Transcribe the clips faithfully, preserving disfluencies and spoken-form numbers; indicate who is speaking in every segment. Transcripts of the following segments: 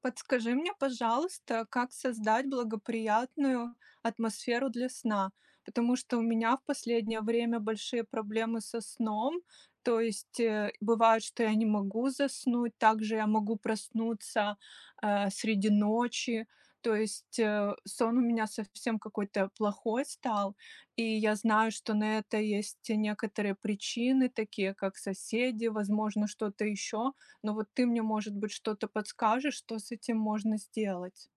Speaker 1: Подскажи мне, пожалуйста, как создать благоприятную атмосферу для сна, потому что у меня в последнее время большие проблемы со сном. То есть э, бывает, что я не могу заснуть, также я могу проснуться э, среди ночи. То есть э, сон у меня совсем какой-то плохой стал, и я знаю, что на это есть некоторые причины, такие как соседи, возможно, что-то еще, но вот ты мне, может быть, что-то подскажешь, что с этим можно сделать?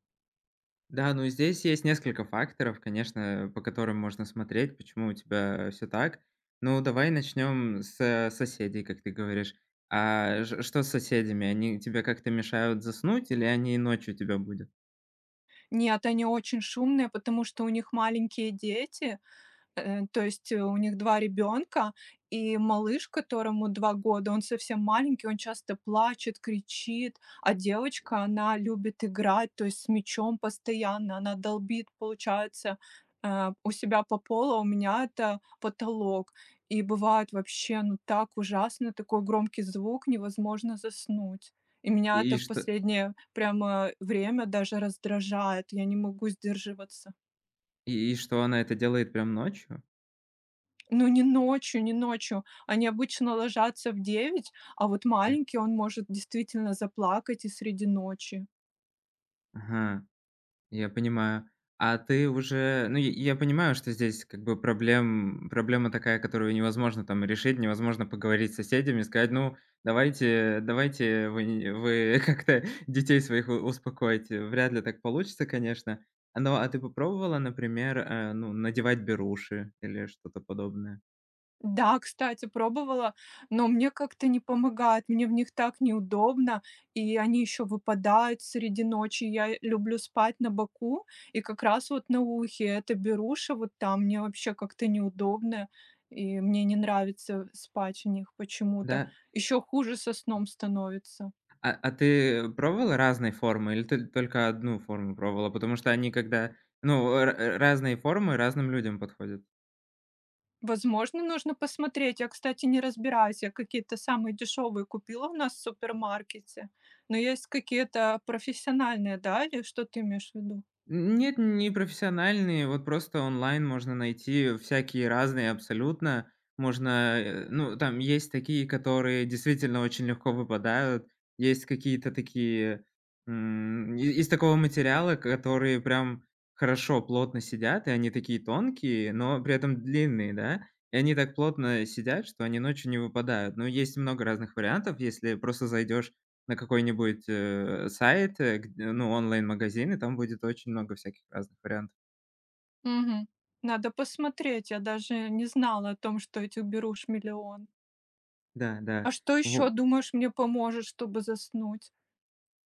Speaker 2: Да, ну здесь есть несколько факторов, конечно, по которым можно смотреть, почему у тебя все так. Ну, давай начнем с соседей, как ты говоришь. А ж что с соседями? Они тебе как-то мешают заснуть или они и ночью тебя будят?
Speaker 1: Нет, они очень шумные, потому что у них маленькие дети. Э, то есть, э, у них два ребенка, и малыш, которому два года, он совсем маленький, он часто плачет, кричит, а девочка, она любит играть, то есть с мячом постоянно, она долбит, получается, э, у себя по полу, а у меня это потолок. И бывает вообще, ну, так ужасно, такой громкий звук, невозможно заснуть. И меня это
Speaker 2: И
Speaker 1: в
Speaker 2: что
Speaker 1: последнее прямо время даже раздражает, я не могу сдерживаться.
Speaker 2: и и что она это делает прям ночью?
Speaker 1: Ну, не ночью, не ночью. Они обычно ложатся в девять, а вот
Speaker 2: Э,
Speaker 1: маленький, он может действительно заплакать и среди ночи.
Speaker 2: ага. Я понимаю. А ты уже, ну, я я понимаю, что здесь как бы проблем проблема такая, которую невозможно там решить, невозможно поговорить с соседями, сказать: "Ну, давайте давайте вы не вы как-то детей своих у успокоите". Вряд ли так получится, конечно. А, ну, а ты попробовала, например, э, ну, надевать беруши или что-то подобное?
Speaker 1: Да, кстати, пробовала, но мне как-то не помогает, мне в них так неудобно, и они еще выпадают среди ночи. Я люблю спать на боку, и как раз вот на ухе эта беруша вот там мне вообще как-то неудобно, и мне не нравится спать в них почему-то.
Speaker 2: Да?
Speaker 1: Еще хуже со сном становится.
Speaker 2: А а ты пробовала разные формы или ты только одну форму пробовала? Потому что они когда, ну, ра разные формы разным людям подходят.
Speaker 1: Возможно, нужно посмотреть. Я, кстати, не разбираюсь. Я какие-то самые дешевые купила у нас в супермаркете. Но есть какие-то профессиональные, да, или что ты имеешь в виду?
Speaker 2: Нет, не профессиональные, вот просто онлайн можно найти всякие разные абсолютно. Можно, э, ну, там есть такие, которые действительно очень легко выпадают, есть какие-то такие, м, и из такого материала, которые прям хорошо, плотно сидят, и они такие тонкие, но при этом длинные, да, и они так плотно сидят, что они ночью не выпадают. Но есть много разных вариантов, если просто зайдешь на какой-нибудь, э, сайт, э, гд ну, онлайн-магазин, и там будет очень много всяких разных вариантов.
Speaker 1: Мгм. Надо посмотреть. Я даже не знала о том, что этих берушь миллион.
Speaker 2: Да, да.
Speaker 1: А что
Speaker 2: Во
Speaker 1: еще думаешь, мне поможет, чтобы заснуть?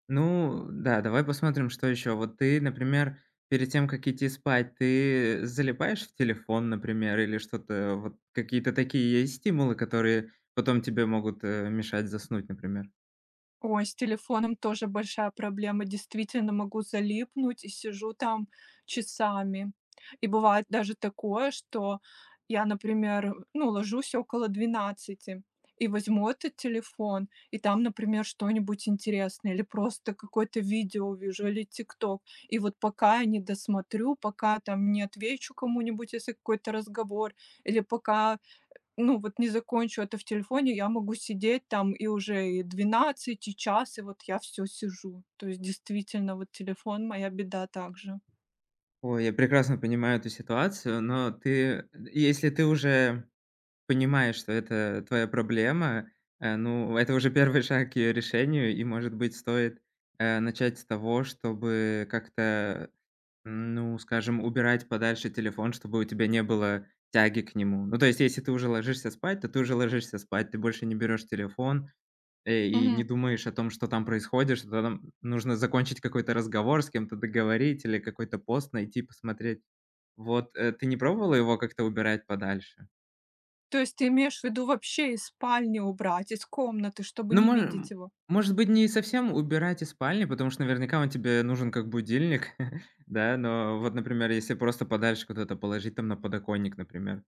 Speaker 2: Ну да, давай посмотрим, что еще. Вот ты, например, перед тем, как идти спать, ты залипаешь в телефон, например, или что-то, вот какие-то такие есть стимулы, которые потом тебе могут, э, мешать заснуть, например?
Speaker 1: Ой, с телефоном тоже большая проблема. Действительно, могу залипнуть и сижу там часами. И бывает даже такое, что я, например, ну, ложусь около двенадцати и возьму этот телефон, и там, например, что-нибудь интересное, или просто какое-то видео увижу, или ТикТок. И вот пока я не досмотрю, пока там не отвечу кому-нибудь, если какой-то разговор, или пока, ну, вот не закончу это в телефоне, я могу сидеть там и уже и двенадцать и час, и вот я все сижу. То есть действительно, вот телефон — моя беда также.
Speaker 2: Ой, я прекрасно понимаю эту ситуацию, но ты, если ты уже понимаешь, что это твоя проблема, э, ну, это уже первый шаг к ее решению, и, может быть, стоит, э, начать с того, чтобы как-то, ну, скажем, убирать подальше телефон, чтобы у тебя не было тяги к нему. Ну, то есть, если ты уже ложишься спать, то ты уже ложишься спать, ты больше не берешь телефон, э, и
Speaker 1: Мгм.
Speaker 2: не думаешь о том, что там происходит, что там нужно закончить какой-то разговор, с кем-то договорить или какой-то пост найти, посмотреть. Вот, э, ты не пробовала его как-то убирать подальше?
Speaker 1: То есть ты имеешь в виду вообще из спальни убрать, из комнаты, чтобы
Speaker 2: Ну,
Speaker 1: не видеть
Speaker 2: мож
Speaker 1: его?
Speaker 2: может быть, не совсем убирать из спальни, потому что наверняка он тебе нужен как будильник, да, но вот, например, если просто подальше куда-то положить, там, на подоконник, например.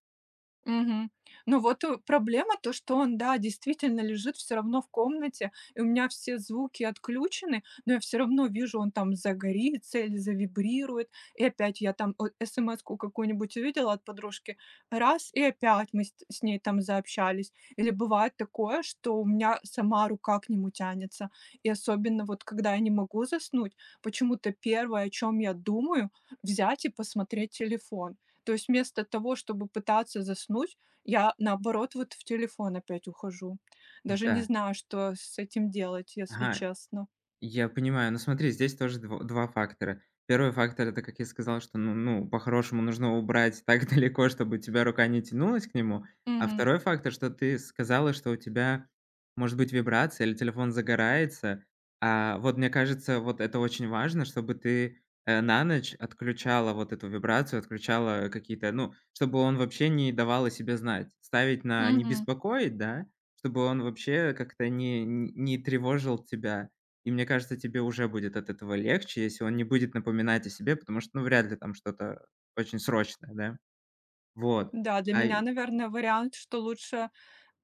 Speaker 1: Мгм. Ну вот, э, проблема то, что он, да, действительно лежит все равно в комнате, и у меня все звуки отключены, но я все равно вижу, он там загорится или завибрирует. И опять я там о смску какую-нибудь увидела от подружки, раз — и опять мы с с ней там заобщались. Или бывает такое, что у меня сама рука к нему тянется. И особенно вот когда я не могу заснуть, почему-то первое, о чем я думаю — взять и посмотреть телефон. То есть вместо того, чтобы пытаться заснуть, я, наоборот, вот в телефон опять ухожу. Даже не
Speaker 2: Да.
Speaker 1: знаю, что с этим делать, если
Speaker 2: Ага.
Speaker 1: честно.
Speaker 2: Я понимаю, но смотри, здесь тоже дво два фактора. Первый фактор — это, как я сказал, что, ну ну, по-хорошему нужно убрать так далеко, чтобы у тебя рука не тянулась к нему. А
Speaker 1: Мгм.
Speaker 2: второй фактор, что ты сказала, что у тебя может быть вибрация или телефон загорается. А вот мне кажется, вот это очень важно, чтобы ты, э, на ночь отключала вот эту вибрацию, отключала какие-то, ну, чтобы он вообще не давал о себе знать. Ставить на "не
Speaker 1: Мгм.
Speaker 2: беспокоить", да, чтобы он вообще как-то не не не тревожил тебя. И мне кажется, тебе уже будет от этого легче, если он не будет напоминать о себе, потому что, ну, вряд ли там что-то очень срочное, да. Вот.
Speaker 1: Да, для
Speaker 2: А,
Speaker 1: меня,
Speaker 2: и
Speaker 1: наверное, вариант, что лучше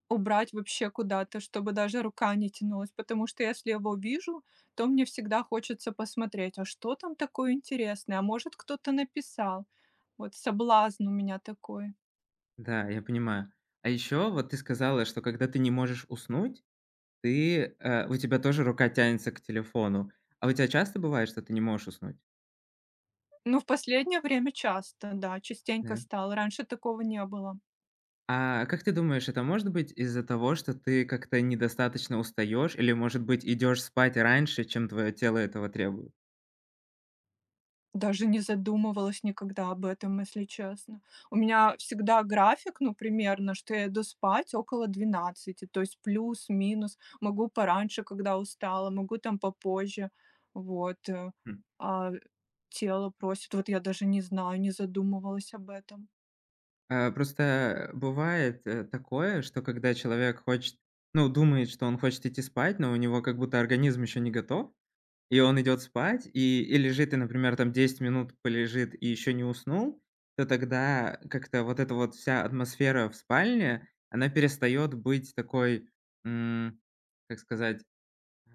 Speaker 1: убрать вообще куда-то, чтобы даже рука не тянулась, потому что если я его вижу, то мне всегда хочется посмотреть, а что там такое интересное, а может кто-то написал. Вот соблазн у меня такой.
Speaker 2: да, я понимаю. А еще вот ты сказала, что когда ты не можешь уснуть, ты, э, у тебя тоже рука тянется к телефону. А у тебя часто бывает, что ты не можешь уснуть?
Speaker 1: Ну, в последнее время часто, да, частенько
Speaker 2: Да.
Speaker 1: стало. Раньше такого не было.
Speaker 2: А как ты думаешь, это может быть из-за того, что ты как-то недостаточно устаешь или, может быть, идешь спать раньше, чем твое тело этого требует?
Speaker 1: Даже не задумывалась никогда об этом, если честно. У меня всегда график, ну, примерно, что я иду спать около двенадцати, то есть плюс-минус. Могу пораньше, когда устала, могу там попозже. Вот, э. А тело просит. Вот я даже не знаю, не задумывалась об этом.
Speaker 2: Э, просто бывает, э, такое, что когда человек хочет ну, думает, что он хочет идти спать, но у него как будто организм еще не готов, и он идет спать, и и лежит, и, например, там десять минут полежит и еще не уснул, то тогда как-то вот эта вот вся атмосфера в спальне, она перестает быть такой, м, как сказать,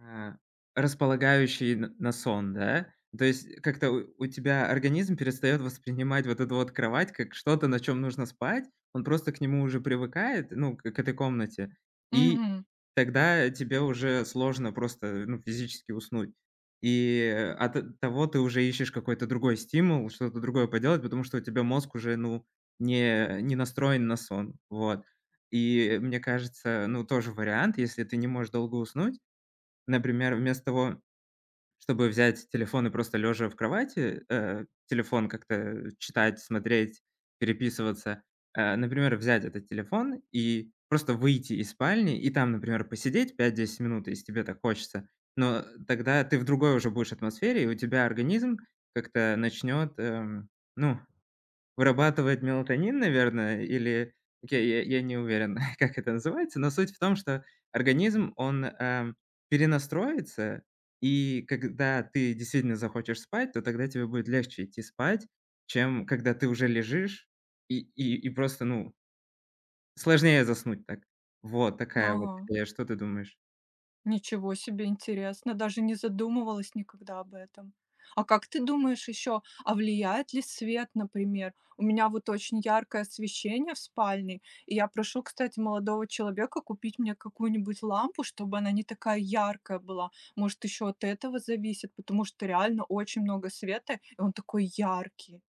Speaker 2: а, располагающий н на сон, да? То есть э, как-то у у тебя организм перестает воспринимать вот эту вот кровать как что-то, на чем нужно спать. Он просто к нему уже привыкает, ну, к к этой комнате, и
Speaker 1: Мгм.
Speaker 2: тогда тебе уже сложно просто, ну, физически уснуть. И от эт того ты уже ищешь какой-то другой стимул, что-то другое поделать, потому что у тебя мозг уже, ну, не не настроен на сон. Вот. И мне кажется, ну, тоже вариант, если ты не можешь долго уснуть, например, вместо того, чтобы взять телефон и просто лежа в кровати, э, телефон как-то читать, смотреть, переписываться, э, например, взять этот телефон и просто выйти из спальни и там, например, посидеть пять-десять минут, если тебе так хочется. Но тогда ты в другой уже будешь атмосфере, и у тебя организм как-то начнет, эм, ну, вырабатывает мелатонин, наверное, или окей, я я не уверен, как это называется, но суть в том, что организм, он, эм, перенастроится, и когда ты действительно захочешь спать, то тогда тебе будет легче идти спать, чем когда ты уже лежишь и и и просто, ну, сложнее заснуть так. Вот такая вот
Speaker 1: Ага.
Speaker 2: идея. Что ты думаешь?
Speaker 1: Ничего себе, интересно, даже не задумывалась никогда об этом. А как ты думаешь еще, а влияет ли свет, например? У меня вот очень яркое освещение в спальне, и я прошу, кстати, молодого человека купить мне какую-нибудь лампу, чтобы она не такая яркая была. Может, еще от этого зависит, потому что реально очень много света, и он такой яркий.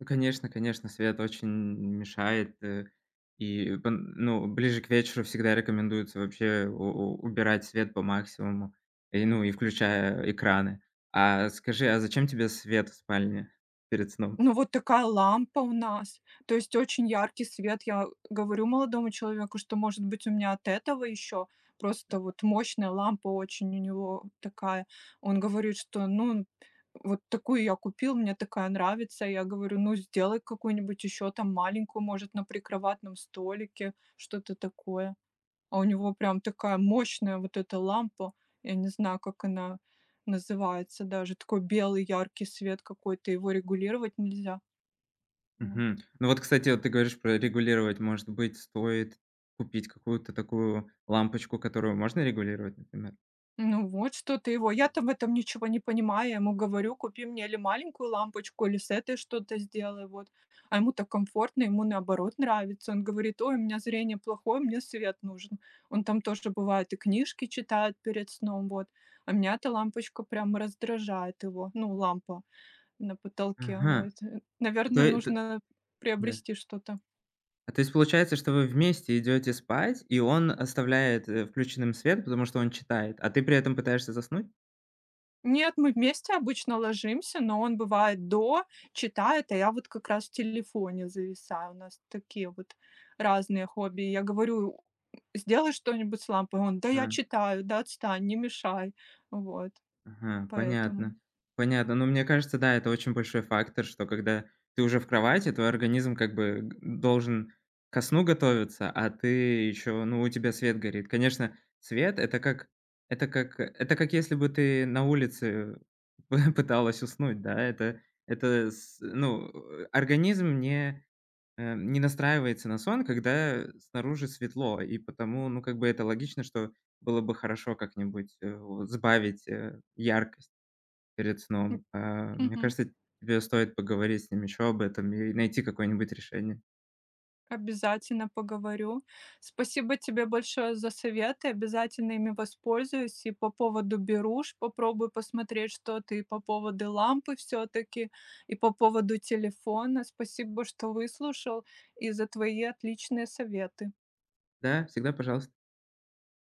Speaker 2: Ну, конечно, конечно, свет очень мешает, э, и пон ну, ближе к вечеру всегда рекомендуется вообще у у убирать свет по максимуму, и, ну, и включая экраны. А скажи, а зачем тебе свет в спальне перед сном?
Speaker 1: Ну, вот такая лампа у нас. То есть очень яркий свет. Я говорю молодому человеку, что, может быть, у меня от этого еще просто вот мощная лампа очень у него такая. Он говорит, что, ну, вот такую я купил, мне такая нравится. Я говорю, ну, сделай какую-нибудь еще там маленькую, может, на прикроватном столике, что-то такое. А у него прям такая мощная вот эта лампа. Я не знаю, как она называется даже. Такой белый яркий свет какой-то, его регулировать нельзя. Вот.
Speaker 2: Мгм. Ну вот, кстати, вот ты говоришь про регулировать. Может быть, стоит купить какую-то такую лампочку, которую можно регулировать, например?
Speaker 1: Ну вот что ты его, я-то в этом ничего не понимаю. Я ему говорю: "Купи мне или маленькую лампочку, или с этой что-то сделай". Вот. А ему так комфортно, ему наоборот нравится. Он говорит: "Ой, у меня зрение плохое, мне свет нужен". Он там тоже бывает и книжки читает перед сном, вот. А меня эта лампочка прям раздражает, его, ну, лампа на потолке,
Speaker 2: Ага.
Speaker 1: вот. Э,
Speaker 2: То
Speaker 1: наверное,
Speaker 2: е т
Speaker 1: нужно
Speaker 2: Да.
Speaker 1: приобрести что-то.
Speaker 2: А то есть получается, что вы вместе идете спать, и он оставляет, э, включенным свет, потому что он читает, а ты при этом пытаешься заснуть?
Speaker 1: Нет, мы вместе обычно ложимся, но он бывает до читает, а я вот как раз в телефоне зависаю. У нас такие вот разные хобби. Я говорю: "Сделай что-нибудь с лампой". Он: "Да я
Speaker 2: А,
Speaker 1: читаю, да отстань, не мешай". Вот
Speaker 2: ага,
Speaker 1: поэтому.
Speaker 2: понятно. Понятно. Но мне кажется, да, это очень большой фактор, что когда ты уже в кровати, твой организм как бы г должен ко сну готовиться, а ты еще, ну, у тебя свет горит. Конечно, свет — это как это как это как если бы ты на улице пыталась уснуть, да. Это это с Ну, э, организм не э, не настраивается на сон, когда снаружи светло. И потому, ну, как бы это логично, что было бы хорошо как-нибудь, э, вот сбавить, э, яркость перед
Speaker 1: М.
Speaker 2: сном. А, мне
Speaker 1: Мгм.
Speaker 2: кажется, тебе стоит поговорить с ним еще об этом и найти какое-нибудь решение.
Speaker 1: Обязательно поговорю. Спасибо тебе большое за советы. Обязательно ими воспользуюсь. И по поводу беруш попробую посмотреть что-то, и по поводу лампы все-таки, и по поводу телефона. Спасибо, что выслушал, и за твои отличные советы.
Speaker 2: Да, всегда пожалуйста.